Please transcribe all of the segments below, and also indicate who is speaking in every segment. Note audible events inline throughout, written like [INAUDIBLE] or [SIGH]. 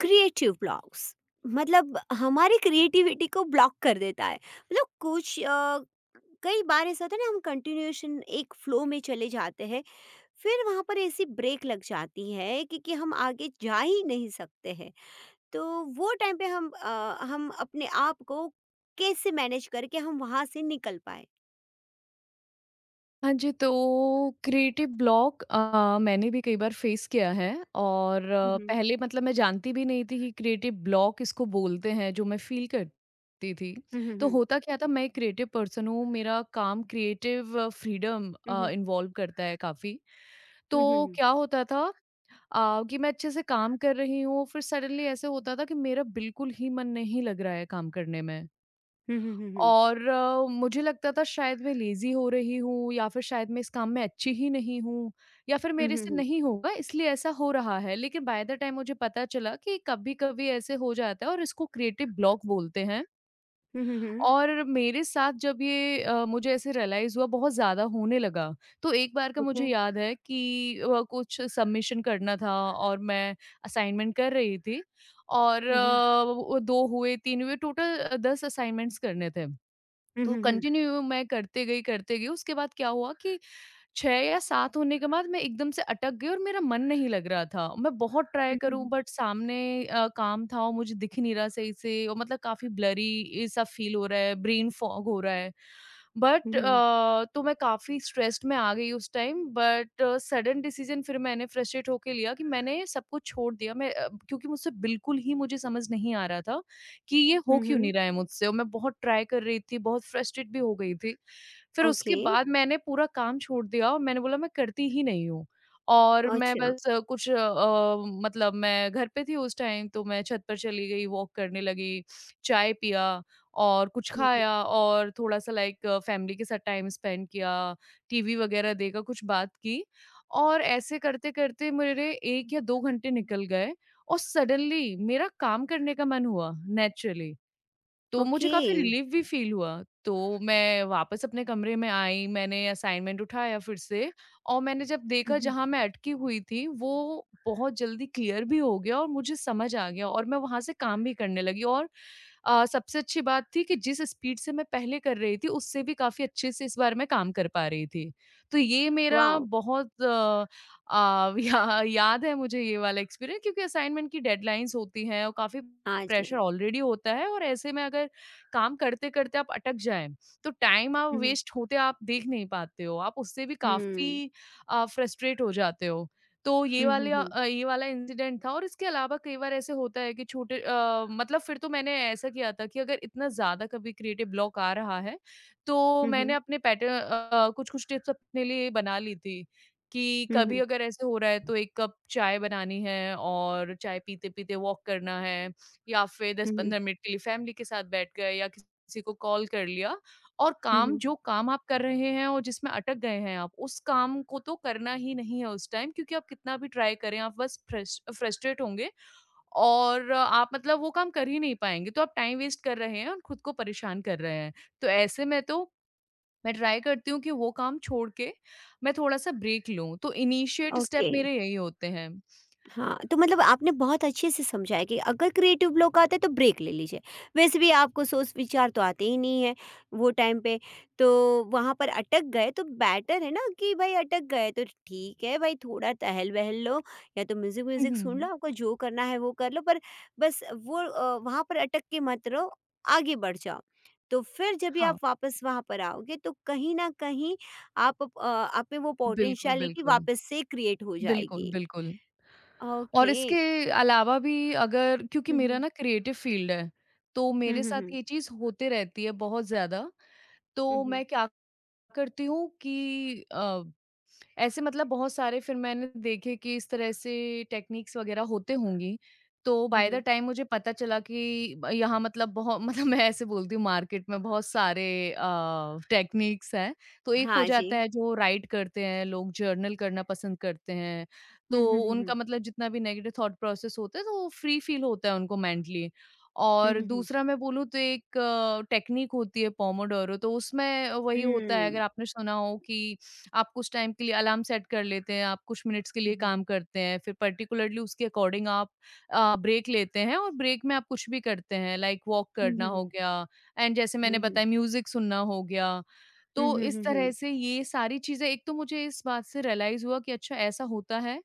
Speaker 1: Creative blocks मतलब हमारी creativity को ब्लॉक कर देता है मतलब कुछ कई बार ऐसा होता है ना हम कंटिन्यूएशन एक फ्लो में चले जाते हैं फिर वहाँ पर ऐसी ब्रेक लग जाती है क्योंकि हम आगे जा ही नहीं सकते हैं तो वो टाइम पे हम अपने आप को कैसे मैनेज करके हम वहाँ से निकल पाए।
Speaker 2: हाँ जी, तो क्रिएटिव ब्लॉक मैंने भी कई बार फेस किया है। और
Speaker 1: हम्म,
Speaker 2: पहले मतलब मैं जानती भी नहीं थी कि क्रिएटिव ब्लॉक इसको बोलते हैं जो मैं फील करती थी।
Speaker 1: हम्म,
Speaker 2: तो
Speaker 1: हम्म,
Speaker 2: होता क्या था, मैं एक क्रिएटिव पर्सन हूँ, मेरा काम क्रिएटिव फ्रीडम
Speaker 1: हम्म,
Speaker 2: इन्वॉल्व करता है काफ़ी।
Speaker 1: हम्म,
Speaker 2: तो
Speaker 1: हम्म,
Speaker 2: क्या होता था, कि मैं अच्छे से काम कर रही हूँ, फिर सडनली ऐसे होता था कि मेरा बिल्कुल ही मन नहीं लग रहा है काम करने में।
Speaker 1: हम्म, हम्म, हम्म,
Speaker 2: और मुझे लगता था शायद मैं लेज़ी हो रही हूँ या फिर शायद मैं इस काम में अच्छी ही नहीं हूँ, या फिर मेरे
Speaker 1: हम्म,
Speaker 2: से
Speaker 1: हम्म,
Speaker 2: नहीं होगा इसलिए ऐसा हो रहा है। लेकिन बाय द टाइम मुझे पता चला कि कभी-कभी ऐसे हो जाता है और इसको क्रिएटिव ब्लॉक बोलते हैं।
Speaker 1: हम्म, हम्म,
Speaker 2: और मेरे साथ जब ये मुझे ऐसे रियलाइज़ हुआ बहुत ज़्यादा होने लगा। तो एक बार का
Speaker 1: ओके।
Speaker 2: मुझे याद है कि कुछ सबमिशन करना था और मैं असाइनमेंट कर रही थी, और
Speaker 1: हम्म, हम्म,
Speaker 2: वो 2 हुए, 3 हुए, टोटल 10 असाइनमेंट्स करने थे।
Speaker 1: हम्म,
Speaker 2: तो
Speaker 1: हम्म,
Speaker 2: कंटिन्यू मैं करते गई, करते गई। उसके बाद क्या हुआ कि 6 या 7 होने के बाद मैं एकदम से अटक गई और मेरा मन नहीं लग रहा था। मैं बहुत ट्राई करूँ,
Speaker 1: हम्म,
Speaker 2: बट सामने काम था और मुझे दिख नहीं रहा सही से, और मतलब काफ़ी ब्लरी सा फील हो रहा है, ब्रेन फॉग हो रहा है। बट
Speaker 1: हम्म,
Speaker 2: तो मैं काफ़ी स्ट्रेस्ड में आ गई उस टाइम, बट सडन डिसीज़न फिर मैंने फ्रस्ट्रेट होके लिया कि मैंने सब कुछ छोड़ दिया। मैं क्योंकि मुझसे बिल्कुल ही मुझे समझ नहीं आ रहा था कि ये हो
Speaker 1: हम्म,
Speaker 2: क्यों
Speaker 1: हम्म,
Speaker 2: नहीं रहा है मुझसे, और मैं बहुत ट्राई कर रही थी, बहुत फ्रस्ट्रेट भी हो गई थी। फिर उसके
Speaker 1: ओके,
Speaker 2: बाद मैंने पूरा काम छोड़ दिया और मैंने बोला मैं करती ही नहीं हूँ, और मैं
Speaker 1: अच्छा।
Speaker 2: बस कुछ मतलब मैं घर पे थी उस टाइम, तो मैं छत पर चली गई, वॉक करने लगी, चाय पिया और कुछ
Speaker 1: हुँ, हुँ।
Speaker 2: खाया और थोड़ा-सा लाइक फैमिली के साथ टाइम स्पेंड किया, टीवी वगैरह देखा, कुछ बात की, और ऐसे करते-करते मेरे 1 या 2 घंटे निकल गए और सडनली मेरा काम करने का मन हुआ नेचुरली, तो मुझे
Speaker 1: ओके।
Speaker 2: काफ़ी रिलीफ़ भी फ़ील हुआ। तो मैं वापस अपने कमरे में आई, मैंने असाइनमेंट उठाया फिर से, और मैंने जब
Speaker 1: हुँ,
Speaker 2: देखा
Speaker 1: हुँ।
Speaker 2: जहाँ मैं अटकी हुई थी, वो बहुत जल्दी क्लियर भी हो गया और मुझे समझ आ गया और मैं वहाँ से काम भी करने लगी। और सबसे अच्छी बात थी कि जिस स्पीड से मैं पहले कर रही थी, उससे भी काफ़ी अच्छे से इस बार मैं काम कर पा रही थी। तो ये मेरा
Speaker 1: वाओ!
Speaker 2: बहुत [LAUGHS] याद है मुझे ये वाला एक्सपीरियंस, क्योंकि असाइनमेंट की डेडलाइन्स होती हैं और काफ़ी
Speaker 1: आज है।
Speaker 2: प्रेशर ऑलरेडी होता है, और ऐसे में अगर काम करते-करते आप अटक जाएँ, तो टाइम आप
Speaker 1: हुँ, हुँ।
Speaker 2: वेस्ट होते आप देख नहीं पाते हो। आप उससे भी
Speaker 1: हुँ।
Speaker 2: काफ़ी फ्रस्ट्रेट हो जाते हो। तो
Speaker 1: हुँ, हुँ, हुँ।
Speaker 2: ये वाला इंसिडेंट था, और इसके अलावा कई बार ऐसे होता है कि मतलब फिर तो मैंने ऐसा किया था कि अगर इतना ज़्यादा कभी क्रिएटिव ब्लॉक आ रहा है, तो
Speaker 1: हुँ,
Speaker 2: मैंने
Speaker 1: हुँ।
Speaker 2: अपने कुछ-कुछ टिप्स अपने लिए बना ली थी, कि
Speaker 1: हुँ,
Speaker 2: कभी
Speaker 1: हुँ।
Speaker 2: अगर ऐसे हो रहा है तो 1 कप चाय बनानी है और चाय पीते-पीते वॉक करना है, या फिर
Speaker 1: हुँ, हुँ।
Speaker 2: 10-15 मिनट के लिए फैमिली के साथ बैठ गए या किसी को कॉल कर लिया, और
Speaker 1: हुँ,
Speaker 2: काम
Speaker 1: हुँ।
Speaker 2: जो काम आप कर रहे हैं और जिसमें अटक गए हैं आप, उस काम को तो करना ही नहीं है उस टाइम, क्योंकि आप कितना भी ट्राई करें, आप बस फ्रस्ट्रेट होंगे और आप मतलब वो काम कर ही नहीं पाएँगे। तो आप टाइम वेस्ट कर रहे हैं और खुद को परेशान कर रहे हैं। तो ऐसे में तो मैं ट्राई करती हूँ कि वो काम छोड़ के मैं थोड़ा-सा ब्रेक लूँ। तो इनिशिएट स्टेप
Speaker 1: ओके।
Speaker 2: मेरे यही होते हैं। हुँ,
Speaker 1: हाँ, तो मतलब आपने बहुत अच्छे से समझा है कि अगर क्रिएटिव ब्लॉक आता है तो ब्रेक ले लीजिए। वैसे भी आपको सोच विचार तो आते ही नहीं है वो टाइम पे, तो वहाँ पर अटक गए तो बेटर है ना कि भाई अटक गए तो ठीक है भाई थोड़ा टहल-वहल लो या तो
Speaker 2: हुँ,
Speaker 1: म्यूज़िक-व्यूज़िक सुन लो,
Speaker 2: हुँ।
Speaker 1: आपको जो करना है वो कर लो पर बस वो वहाँ पर अटक के मत रहो, आगे बढ़ जाओ। तो फिर जब भी
Speaker 2: हाँ,
Speaker 1: आप वापस वहाँ पर आओगे तो कहीं न कहीं आप में वो
Speaker 2: बिल्कुल,
Speaker 1: पोटेंशियलिटी
Speaker 2: बिल्कुल।
Speaker 1: वापस से क्रिएट हो
Speaker 2: बिल्कुल,
Speaker 1: जाएगी।
Speaker 2: बिल्कुल। और
Speaker 1: ओके।
Speaker 2: इसके अलावा भी, अगर क्योंकि
Speaker 1: हुँ,
Speaker 2: मेरा
Speaker 1: हुँ।
Speaker 2: ना क्रिएटिव फ़ील्ड है, तो
Speaker 1: हुँ,
Speaker 2: मेरे
Speaker 1: हुँ,
Speaker 2: साथ
Speaker 1: हुँ।
Speaker 2: ये चीज़ होते रहती है बहुत ज़्यादा।
Speaker 1: हुँ,
Speaker 2: तो
Speaker 1: हुँ।
Speaker 2: मैं क्या करती हूँ कि ऐसे मतलब बहुत सारे फिर मैंने देखे कि इस तरह से टेक्निक्स वगैरह होते होंगी। तो
Speaker 1: हुँ,
Speaker 2: बाय द
Speaker 1: हुँ।
Speaker 2: टाइम मुझे पता चला कि ब यहाँ मतलब बहुत [LAUGHS] मतलब मैं ऐसे बोलती हूँ, मार्केट में बहुत सारे टेक्निक्स हैं। तो एक हो
Speaker 1: हाँ जी।
Speaker 2: जाता है जो राइट करते हैं, लोग जर्नल करना पसंद करते हैं।
Speaker 1: हुँ,
Speaker 2: तो
Speaker 1: हुँ, हुँ,
Speaker 2: उनका
Speaker 1: हुँ।
Speaker 2: मतलब जितना भी नेगेटिव थॉट प्रोसेस होता है, तो वो फ्री फ़ील होता है उनको मेंटली।
Speaker 1: हुँ,
Speaker 2: और
Speaker 1: हुँ, हुँ।
Speaker 2: दूसरा मैं बोलूँ तो एक टेक्निक होती है पोमोडोरो, तो उसमें वही होता है, अगर
Speaker 1: हुँ।
Speaker 2: आपने सुना हो, कि आप कुछ टाइम के लिए अलार्म सेट कर लेते हैं, आप कुछ मिनट्स के लिए
Speaker 1: हुँ, हुँ।
Speaker 2: काम करते हैं, फिर पर्टिकुलरली उसके अकॉर्डिंग आप ब्रेक लेते हैं और ब्रेक में आप कुछ भी करते हैं, लाइक वॉक
Speaker 1: हुँ,
Speaker 2: करना
Speaker 1: हुँ,
Speaker 2: हो
Speaker 1: हुँ।
Speaker 2: गया, एंड जैसे मैंने
Speaker 1: हुँ, हुँ।
Speaker 2: बताया म्यूज़िक सुनना हो गया।
Speaker 1: हुँ,
Speaker 2: तो
Speaker 1: हुँ,
Speaker 2: इस
Speaker 1: हुँ,
Speaker 2: तरह
Speaker 1: हुँ।
Speaker 2: से ये सारी चीज़ें, एक तो मुझे इस बात से रियलाइज़ हुआ कि अच्छा ऐसा होता है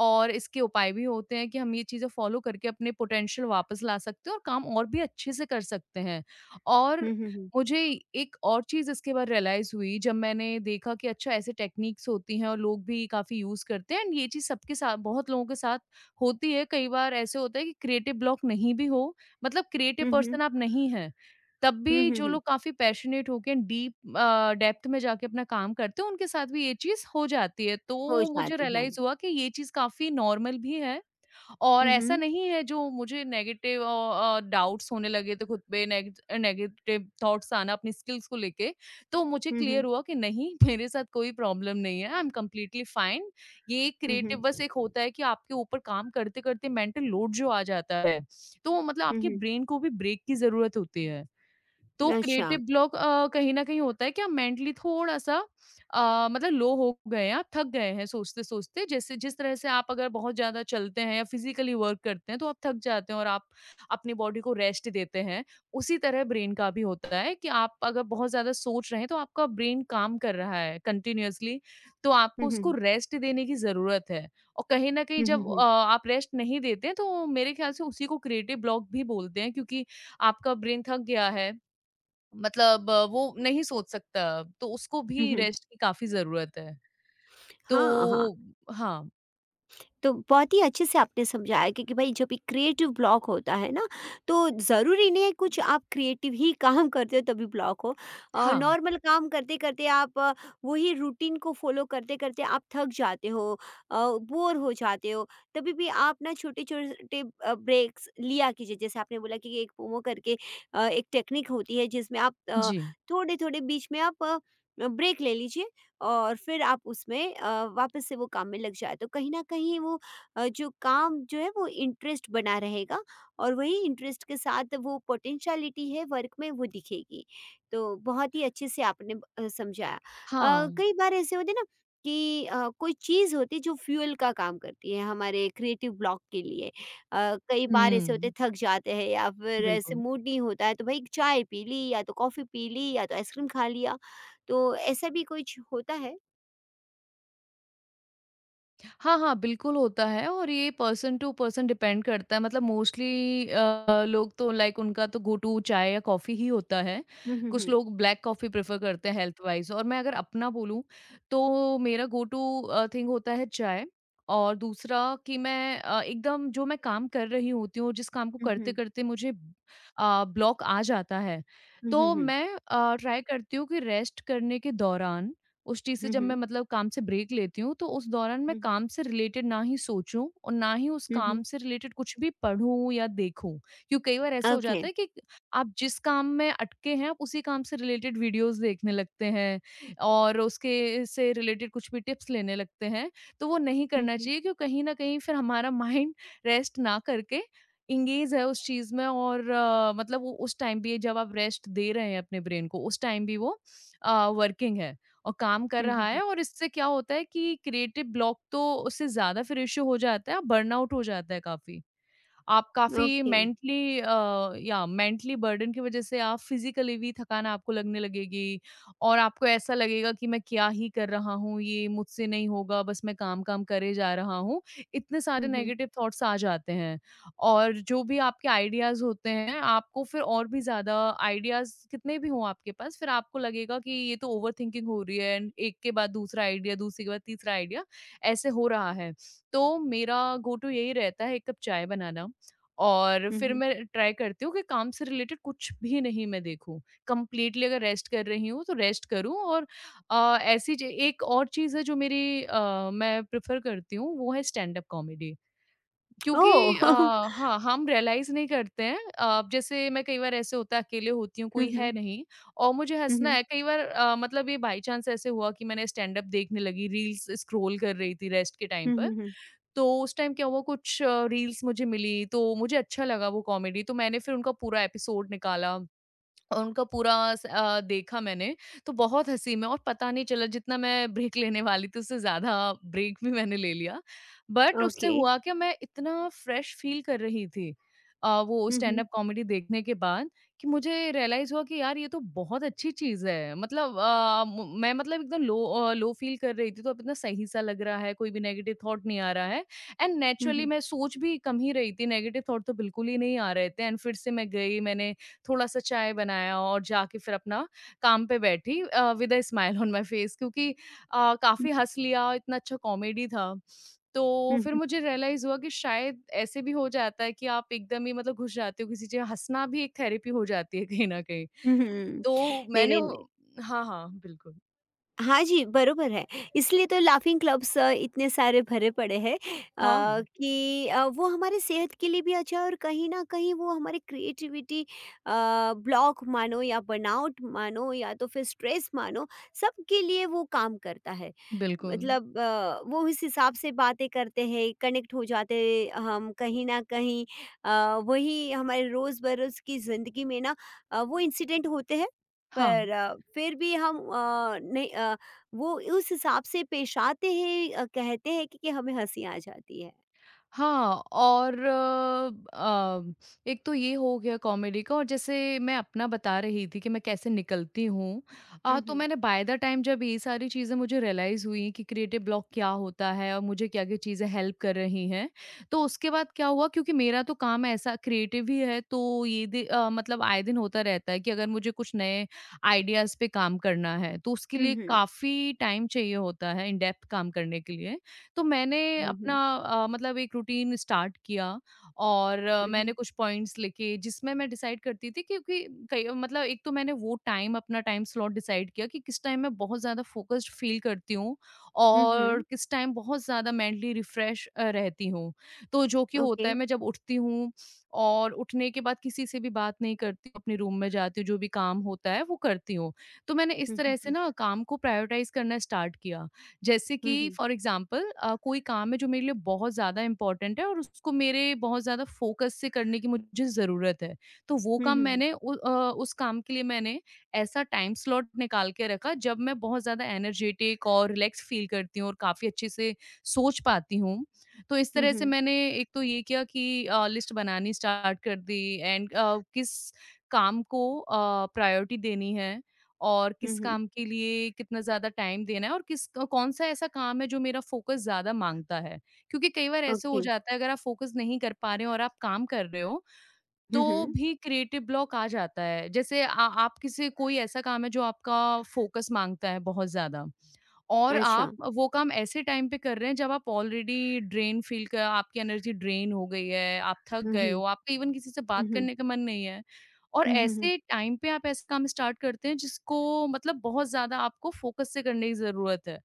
Speaker 2: और इसके उपाय भी होते हैं, कि हम ये चीज़ें फ़ॉलो करके अपने पोटेंशियल वापस ला सकते हैं और काम और भी अच्छे से कर सकते हैं। और
Speaker 1: हुँ, हुँ, हुँ।
Speaker 2: मुझे एक और चीज़ इसके बाद रियलाइज़ हुई, जब मैंने देखा कि अच्छा ऐसे टेक्नीक्स होती हैं और लोग भी काफ़ी यूज़ करते हैं एंड ये चीज़ सबके साथ, बहुत लोगों के साथ होती है। कई बार ऐसे होता है कि क्रिएटिव ब्लॉक नहीं भी हो, मतलब क्रिएटिव
Speaker 1: हुँ, हुँ।
Speaker 2: पर्सन आप नहीं हैं, तब
Speaker 1: हुँ,
Speaker 2: भी
Speaker 1: हुँ,
Speaker 2: जो
Speaker 1: हुँ।
Speaker 2: लोग काफ़ी पैशनेट होके डेप्थ में जाके अपना काम करते हैं, उनके साथ भी ये चीज़ हो जाती है।
Speaker 1: हो
Speaker 2: तो मुझे
Speaker 1: जाती है।
Speaker 2: रियलाइज़ हुआ कि ये चीज़ काफ़ी नॉर्मल भी है और
Speaker 1: हुँ,
Speaker 2: ऐसा
Speaker 1: हुँ।
Speaker 2: नहीं है, जो मुझे नेगेटिव डाउट्स होने लगे थे खुद पे, नेगेटिव थॉट्स आना अपनी स्किल्स को लेके, तो मुझे
Speaker 1: हुँ,
Speaker 2: क्लियर
Speaker 1: हुँ।
Speaker 2: हुआ कि नहीं, [LAUGHS] मेरे साथ कोई प्रॉब्लम नहीं है, आई एम कंप्लीटली फाइन। ये एक
Speaker 1: हुँ,
Speaker 2: क्रिएटिव बस
Speaker 1: हुँ।
Speaker 2: एक होता है कि आपके ऊपर काम करते-करते मेंटल लोड जो आ जाता है, तो मतलब
Speaker 1: हुँ,
Speaker 2: आपके
Speaker 1: हुँ।
Speaker 2: ब्रेन को भी ब्रेक की ज़रूरत होती है। तो
Speaker 1: अच्छा।
Speaker 2: क्रिएटिव ब्लॉक कहीं न कहीं होता है कि आप मेंटली थोड़ा-सा मतलब लो हो गए हैं, आप थक गए हैं सोचते-सोचते। जैसे जिस तरह से आप अगर बहुत ज़्यादा चलते हैं या फिज़िकली वर्क करते हैं, तो आप थक जाते हैं और आप अपनी बॉडी को रेस्ट देते हैं। उसी तरह ब्रेन का भी होता है कि आप अगर बहुत ज़्यादा सोच रहे हैं, तो आपका ब्रेन काम कर रहा है कंटीन्यूअसली, तो आपको
Speaker 1: हुँ,
Speaker 2: उसको
Speaker 1: हुँ।
Speaker 2: रेस्ट देने की ज़रूरत है। और कहीं न कहीं
Speaker 1: हुँ, हुँ,
Speaker 2: जब
Speaker 1: हुँ।
Speaker 2: आप रेस्ट नहीं देते हैं, तो मेरे ख्याल से उसी को क्रिएटिव ब्लॉक भी बोलते हैं, क्योंकि आपका ब्रेन थक गया है। मतलब वो नहीं सोच सकता, तो उसको
Speaker 1: हुँ,
Speaker 2: भी
Speaker 1: हुँ।
Speaker 2: रेस्ट की काफ़ी ज़रूरत है।
Speaker 1: हाँ, हाँ।
Speaker 2: तो हाँ।
Speaker 1: तो बहुत ही अच्छे से आपने समझाया कि भाई जब भी क्रिएटिव ब्लॉक होता है ना तो ज़रूरी नहीं है कुछ आप क्रिएटिव ही काम करते हो तभी ब्लॉक हो और
Speaker 2: हाँ,
Speaker 1: नॉर्मल काम करते करते आप वही रूटीन को फॉलो करते करते आप थक जाते हो बोर हो जाते हो तभी भी आप ना छोटे छोटे ब्रेक्स लिया कीजिए जैसे आपने बोला कि एक पोमो करके एक टेक्निक होती है जिसमें आप
Speaker 2: जी।
Speaker 1: थोड़े थोड़े बीच में आप ब्रेक ले लीजिए और फिर आप उसमें वापस से वो काम में लग जाए तो कहीं न कहीं वो जो काम जो है वो इंटरेस्ट बना रहेगा और वही इंटरेस्ट के साथ वो पोटेंशियलिटी है वर्क में वो दिखेगी। तो बहुत ही अच्छे से आपने समझाया।
Speaker 2: हाँ।
Speaker 1: कई बार ऐसे होते हैं ना कि कोई चीज़ होती है जो फ्यूल का काम करती है हमारे क्रिएटिव ब्लॉक के लिए। कई बार ऐसे होते
Speaker 2: हुँ,
Speaker 1: हैं थक जाते हैं या फिर ऐसे
Speaker 2: बिल्कुल।
Speaker 1: मूड नहीं होता है तो भई चाय पी ली या तो कॉफ़ी पी ली या तो आइसक्रीम खा लिया। तो ऐसा भी कुछ होता है?
Speaker 2: हाँ, हाँ, बिल्कुल होता है, और ये पर्सन टू पर्सन डिपेंड करता है, मतलब मोस्टली लोग तो लाइक उनका तो गो टू चाय या कॉफ़ी ही होता है।
Speaker 1: Mhm,
Speaker 2: कुछ
Speaker 1: mhm,
Speaker 2: लोग ब्लैक कॉफ़ी प्रेफ़र करते हैं हेल्थ वाइज़, और मैं अगर अपना बोलूँ तो मेरा गो टू थिंग होता है चाय, और दूसरा कि मैं एकदम जो मैं काम कर रही होती हूँ, जिस काम को
Speaker 1: mhm,
Speaker 2: करते-करते मुझे ब्लॉक आ जाता है, तो
Speaker 1: mhm,
Speaker 2: मैं ट्राई करती हूँ कि रेस्ट करने के दौरान, उस चीज़ से जब मैं
Speaker 1: mhm,
Speaker 2: मतलब काम से ब्रेक लेती हूँ, तो उस दौरान मैं
Speaker 1: mhm,
Speaker 2: काम से रिलेटेड ना ही सोचूँ और ना ही उस काम
Speaker 1: mhm.
Speaker 2: से रिलेटेड कुछ भी पढूँ या देखूँ। क्यों कई बार ऐसा हो जाता
Speaker 1: Okay.
Speaker 2: है कि आप जिस काम में अटके हैं, आप उसी काम से रिलेटेड वीडियोज़ देखने लगते हैं और उसके से रिलेटेड कुछ भी टिप्स लेने लगते हैं, तो वो नहीं करना
Speaker 1: Mhm,
Speaker 2: चाहिए, क्यों कहीं न कहीं फिर हमारा माइंड [LAUGHS] रेस्ट ना करके एंगेज है उस चीज़ में, और मतलब वो उस टाइम भी जब आप रेस्ट दे रहे हैं अपने ब्रेन को, उस टाइम भी वो वर्किंग है। और काम कर रहा
Speaker 1: mhm,
Speaker 2: है,
Speaker 1: mhm.
Speaker 2: और इससे क्या होता है कि क्रिएटिव ब्लॉक तो उससे ज़्यादा फिर इश्यू हो जाता है, बर्नआउट हो जाता है काफ़ी। आप काफ़ी
Speaker 1: Okay.
Speaker 2: मेंटली या मेंटली बर्डन की वजह से आप फिज़िकली भी थकान आपको लगने लगेगी, और आपको ऐसा लगेगा कि मैं क्या ही कर रहा हूँ, ये मुझसे नहीं होगा, बस मैं काम-काम करे जा रहा हूँ। इतने सारे
Speaker 1: Mhm,
Speaker 2: नेगेटिव थॉट्स आ जाते हैं, और जो भी आपके आइडियाज़ होते हैं, आपको फिर और भी ज़्यादा आइडियाज़ कितने भी हों आपके पास, फिर आपको लगेगा कि ये तो ओवरथिंकिंग हो रही है, एंड एक के बाद दूसरा आइडिया, दूसरे के बाद तीसरा आइडिया, ऐसे हो रहा है। तो मेरा गो टू यही रहता है एक कप चाय बनाना। और फिर
Speaker 1: mhm.
Speaker 2: मैं ट्राई करती हूँ कि काम से रिलेटेड कुछ भी नहीं मैं देखूँ। कंप्लीटली अगर रेस्ट कर रही हूँ, तो रेस्ट करूँ और अ, ऐसी ज एक और चीज़ है जो मैं प्रेफ़र करती हूँ, वो है स्टैंड अप कॉमेडी। क्योंकि अ,
Speaker 1: Oh. [LAUGHS]
Speaker 2: हाँ, हम रियलाइज़ नहीं करते हैं, जैसे मैं कई बार ऐसे होता है अकेले होती हूँ, कोई है
Speaker 1: Mhm,
Speaker 2: नहीं और मुझे हँसना
Speaker 1: mhm,
Speaker 2: है। कई बार, मतलब ये बाई चांस ऐसे हुआ कि मैंने स्टैंड-अप देखने लगी, रील्स स्क्रॉल कर रही थी रेस्ट के टाइम
Speaker 1: mhm,
Speaker 2: पर।
Speaker 1: mhm.
Speaker 2: तो उस टाइम क्या हुआ कुछ रील्स मुझे मिली, तो मुझे अच्छा लगा वो कॉमेडी, तो मैंने फिर उनका पूरा एपिसोड निकाला। और उनका देखा मैंने, तो बहुत हँसी में और पता नहीं चला जितना मैं ब्रेक लेने वाली थी उससे ज़्यादा ब्रेक भी मैंने ले लिया। बट उससे
Speaker 1: Okay.
Speaker 2: हुआ क्या मैं इतना फ्रेश फ़ील कर रही थी, वो स्टैंड अप
Speaker 1: Mhm,
Speaker 2: कॉमेडी देखने के बाद कि मुझे रियलाइज़ हुआ कि यार ये तो बहुत अच्छी चीज़ है। मतलब अ, म मैं मतलब एकदम लो फ़ील कर रही थी तो अब इतना सही-सा लग रहा है, कोई भी नेगेटिव थॉट नहीं आ रहा है एंड नेचुरली
Speaker 1: mhm,
Speaker 2: मैं सोच भी कम ही रही थी, नेगेटिव थॉट तो बिल्कुल ही नहीं आ रहे थे एंड फिर से मैं गई मैंने थोड़ा-सा चाय बनाया और जाके फिर अपना काम पे बैठी, with a smile on my face क्योंकि
Speaker 1: mhm,
Speaker 2: काफ़ी हँस लिया, इतना अच्छा कॉमेडी था। तो फिर
Speaker 1: mhm,
Speaker 2: मुझे रियलाइज़ हुआ कि शायद ऐसे भी हो जाता है कि आप एकदम ही मतलब घुस जाते हो किसी चीज़ हँसना भी एक थेरेपी हो जाती है कहीं न कहीं।
Speaker 1: mhm.
Speaker 2: तो
Speaker 1: नहीं,
Speaker 2: मैंने
Speaker 1: नहीं।
Speaker 2: हाँ, हाँ, बिल्कुल।
Speaker 1: हाँ जी, बरोबर है। इसलिए तो लाफिंग क्लब्स इतने सारे भरे पड़े हैं
Speaker 2: हाँ,
Speaker 1: कि वो हमारे सेहत के लिए भी अच्छा है और कहीं न कहीं वो हमारी क्रिएटिविटी ब्लॉक मानो या बर्नआउट मानो या तो फिर स्ट्रेस मानो, सबके लिए वो काम करता है।
Speaker 2: बिल्कुल।
Speaker 1: मतलब वो इस हिसाब से बातें करते हैं, कनेक्ट हो जाते हैं हम कहीं न कहीं। वही हमारे रोज़-बरोज़ की ज़िंदगी में ना वो इंसिडेंट होते हैं
Speaker 2: हाँ।
Speaker 1: पर फिर भी हम नहीं वो उस हिसाब से पेश आते हैं, कहते हैं कि हमें हँसी आ जाती है।
Speaker 2: हाँ, और एक तो ये हो गया कॉमेडी का और जैसे मैं अपना बता रही थी कि मैं कैसे निकलती हूँ।
Speaker 1: हुँ,
Speaker 2: तो
Speaker 1: हुँ।
Speaker 2: मैंने बाय द टाइम जब ये सारी चीज़ें मुझे रियलाइज़ हुई कि क्रिएटिव ब्लॉक क्या होता है और मुझे क्या-क्या चीज़ें हेल्प कर रही हैं। तो उसके बाद क्या हुआ क्योंकि मेरा तो काम ऐसा क्रिएटिव ही है तो ये मतलब आए दिन होता रहता है कि अगर मुझे कुछ नए आइडियाज़ पे काम करना है, तो उसके
Speaker 1: हुँ,
Speaker 2: लिए
Speaker 1: हुँ।
Speaker 2: काफ़ी टाइम चाहिए होता है इन डेप्थ काम करने के लिए। तो मैंने
Speaker 1: हुँ,
Speaker 2: अपना
Speaker 1: हुँ।
Speaker 2: मतलब एक रूटीन स्टार्ट किया और
Speaker 1: हुँ,
Speaker 2: मैंने
Speaker 1: हुँ।
Speaker 2: कुछ पॉइंट्स लिखे जिसमें मैं डिसाइड करती थी क्योंकि कई मतलब एक तो मैंने वो टाइम अपना टाइम स्लॉट डिसाइड किया कि किस टाइम मैं बहुत ज़्यादा फोकस्ड फील करती हूँ
Speaker 1: हुँ,
Speaker 2: और
Speaker 1: हुँ।
Speaker 2: किस टाइम बहुत ज़्यादा मेंटली रिफ्रेश रहती हूँ तो जो कि होता
Speaker 1: ओके।
Speaker 2: है मैं जब उठती हूँ और उठने के बाद किसी से भी बात नहीं करती अपने रूम में जाती हूँ जो भी काम होता है वो करती हूँ तो मैंने इस
Speaker 1: हुँ, हुँ,
Speaker 2: तरह से
Speaker 1: हुँ।
Speaker 2: ना काम को प्रायोरिटाइज करना स्टार्ट किया जैसे कि
Speaker 1: हुँ, हुँ।
Speaker 2: फॉर एग्ज़ाम्पल, कोई काम है जो मेरे लिए बहुत ज़्यादा इम्पोर्टेंट है और उसको मेरे बहुत ज़्यादा फ़ोकस से करने की मुझे ज़रूरत है। तो वो
Speaker 1: हुँ,
Speaker 2: काम
Speaker 1: हुँ, हुँ।
Speaker 2: उस काम के लिए मैंने ऐसा टाइम स्लॉट निकाल के रखा जब मैं बहुत ज़्यादा एनर्जेटिक और रिलैक्स फ़ील करती हूँ और काफ़ी अच्छे से सोच पाती हूँ। तो इस
Speaker 1: हुँ,
Speaker 2: तरह से
Speaker 1: हुँ।
Speaker 2: मैंने एक तो ये किया कि लिस्ट बनानी स्टार्ट कर दी एंड किस काम को प्रायोरिटी देनी है और
Speaker 1: हुँ,
Speaker 2: किस
Speaker 1: हुँ।
Speaker 2: काम के लिए कितना ज़्यादा टाइम देना है और किस कौन-सा ऐसा काम है जो मेरा फ़ोकस ज़्यादा माँगता है? क्योंकि कई बार ऐसे हो
Speaker 1: ओके।
Speaker 2: जाता है अगर आप फ़ोकस नहीं कर पा रहे हो और आप काम कर रहे हो, तो
Speaker 1: हुँ, हुँ।
Speaker 2: भी क्रिएटिव ब्लॉक आ जाता है। जैसे आ आप किसी कोई ऐसा काम है जो आपका फ़ोकस माँगता है बहुत ज़्यादा? और आप
Speaker 1: अच्छा।
Speaker 2: वो काम ऐसे टाइम पे कर रहे हैं जब आप ऑलरेडी ड्रेन फील कर आपकी एनर्जी ड्रेन हो गई है, आप थक
Speaker 1: हुँ,
Speaker 2: गए
Speaker 1: हुँ।
Speaker 2: हो, आपका इवन किसी से
Speaker 1: हुँ,
Speaker 2: बात
Speaker 1: हुँ।
Speaker 2: करने का मन नहीं है। और
Speaker 1: हुँ, हुँ, हुँ।
Speaker 2: ऐसे टाइम पे आप ऐसे काम स्टार्ट करते हैं जिसको मतलब बहुत ज़्यादा आपको फ़ोकस से करने की ज़रूरत है।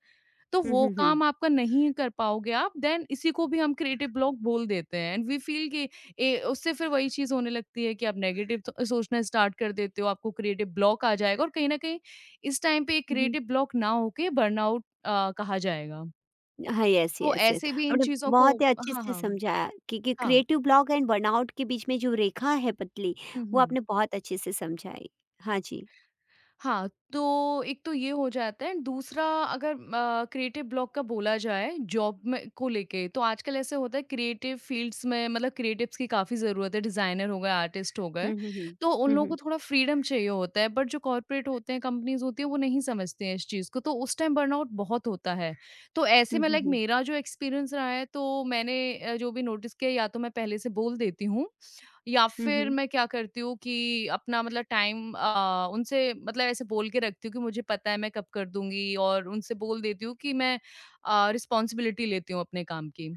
Speaker 2: तो
Speaker 1: हुँ,
Speaker 2: वो
Speaker 1: हुँ, हुँ।
Speaker 2: काम आपका नहीं कर पाओगे आप, देन इसी को भी हम क्रिएटिव ब्लॉक बोल देते हैं एंड वी फील कि ए उससे फिर वही चीज़ होने लगती है कि आप नेगेटिव थ सोचना स्टार्ट कर देते हो, आपको क्रिएटिव ब्लॉक आ जाएगा और कहीं न कहीं इस टाइम पे ये
Speaker 1: हुँ, हुँ।
Speaker 2: क्रिएटिव ब्लॉक ना होके बर्नआउट, कहा जाएगा।
Speaker 1: हाँ, यस,
Speaker 2: तो
Speaker 1: यस, यस।
Speaker 2: ऐसे भी इन
Speaker 1: आपने
Speaker 2: चीज़ों को
Speaker 1: बहुत ही अच्छे
Speaker 2: हाँ,
Speaker 1: से
Speaker 2: हाँ।
Speaker 1: समझाया कि
Speaker 2: हाँ।
Speaker 1: क्रिएटिव ब्लॉक एंड बर्नआउट के बीच में जो रेखा है पतली,
Speaker 2: हुँ,
Speaker 1: वो
Speaker 2: हुँ।
Speaker 1: आपने बहुत अच्छे से समझाई। हाँ जी।
Speaker 2: हाँ, तो एक तो ये हो जाता है, दूसरा अगर क्रिएटिव ब्लॉक का बोला जाए जॉब में को लेके, तो आजकल ऐसे होता है क्रिएटिव फ़ील्ड्स में मतलब क्रिएटिव्स की काफ़ी ज़रूरत है, डिज़ाइनर हो गए, आर्टिस्ट हो गए,
Speaker 1: हुँ, हुँ, हुँ।
Speaker 2: तो उन
Speaker 1: हुँ,
Speaker 2: लोगों को
Speaker 1: हुँ।
Speaker 2: थोड़ा फ्रीडम चाहिए होता है, बट जो कॉर्पोरेट होते हैं, कंपनीज़ होती हैं, वो नहीं समझते हैं इस चीज़ को, तो उस टाइम बर्नआउट बहुत होता है। तो ऐसे
Speaker 1: हुँ,
Speaker 2: में
Speaker 1: हुँ,
Speaker 2: लाइक
Speaker 1: हुँ।
Speaker 2: मेरा जो एक्सपीरियंस रहा है, तो मैंने जो भी नोटिस किया या तो मैं पहले से बोल देती हूँ या
Speaker 1: हुँ,
Speaker 2: फिर
Speaker 1: हुँ।
Speaker 2: मैं क्या करती हूँ कि अपना मतलब टाइम, उनसे मतलब ऐसे बोल के रखती हूँ कि मुझे पता है मैं कब कर दूँगी और उनसे बोल देती हूँ कि मैं रिस्पॉन्सिबिलिटी लेती हूँ अपने काम की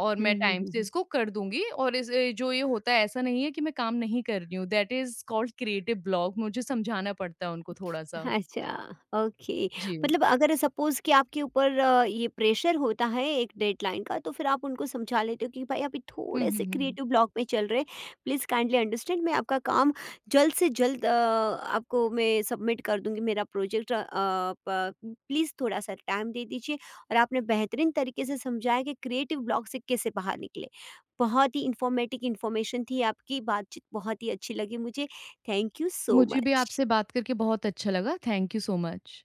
Speaker 2: और
Speaker 1: हुँ,
Speaker 2: मैं
Speaker 1: हुँ,
Speaker 2: टाइम
Speaker 1: हुँ,
Speaker 2: से
Speaker 1: हुँ।
Speaker 2: इसको कर दूँगी और जो ये होता है ऐसा नहीं है कि मैं काम नहीं कर रही हूँ। That is called creative block मुझे समझाना पड़ता है उनको थोड़ा-सा।
Speaker 1: अच्छा, ओके।
Speaker 2: जी।
Speaker 1: मतलब अगर सपोज़ कि आपके ऊपर ये प्रेशर होता है एक डेडलाइन का तो फिर आप उनको समझा लेते हो कि भाई अभी
Speaker 2: हुँ,
Speaker 1: थोड़े-से
Speaker 2: हुँ, हुँ।
Speaker 1: क्रिएटिव ब्लॉक में चल रहे, प्लीज़ काइंडली अंडरस्टैंड मैं आपका काम जल्द से जल्द आपको मैं सबमिट कर दूँगी मेरा प्रोजेक्ट अ, प प्लीज़ थोड़ा-सा टाइम दे दीजिए और आपने बेहतरीन तरीके से समझाया कि क्रिएटिव ब्लॉक से कैसे बाहर निकलें। बहुत ही इन्फॉर्मेटिव इन्फॉर्मेशन थी आपकी बातचीत बहुत ही अच्छी लगी मुझे। थैंक यू सो
Speaker 2: मुझे भी
Speaker 1: मच।
Speaker 2: आपसे बात करके बहुत अच्छा लगा। Thank you so much.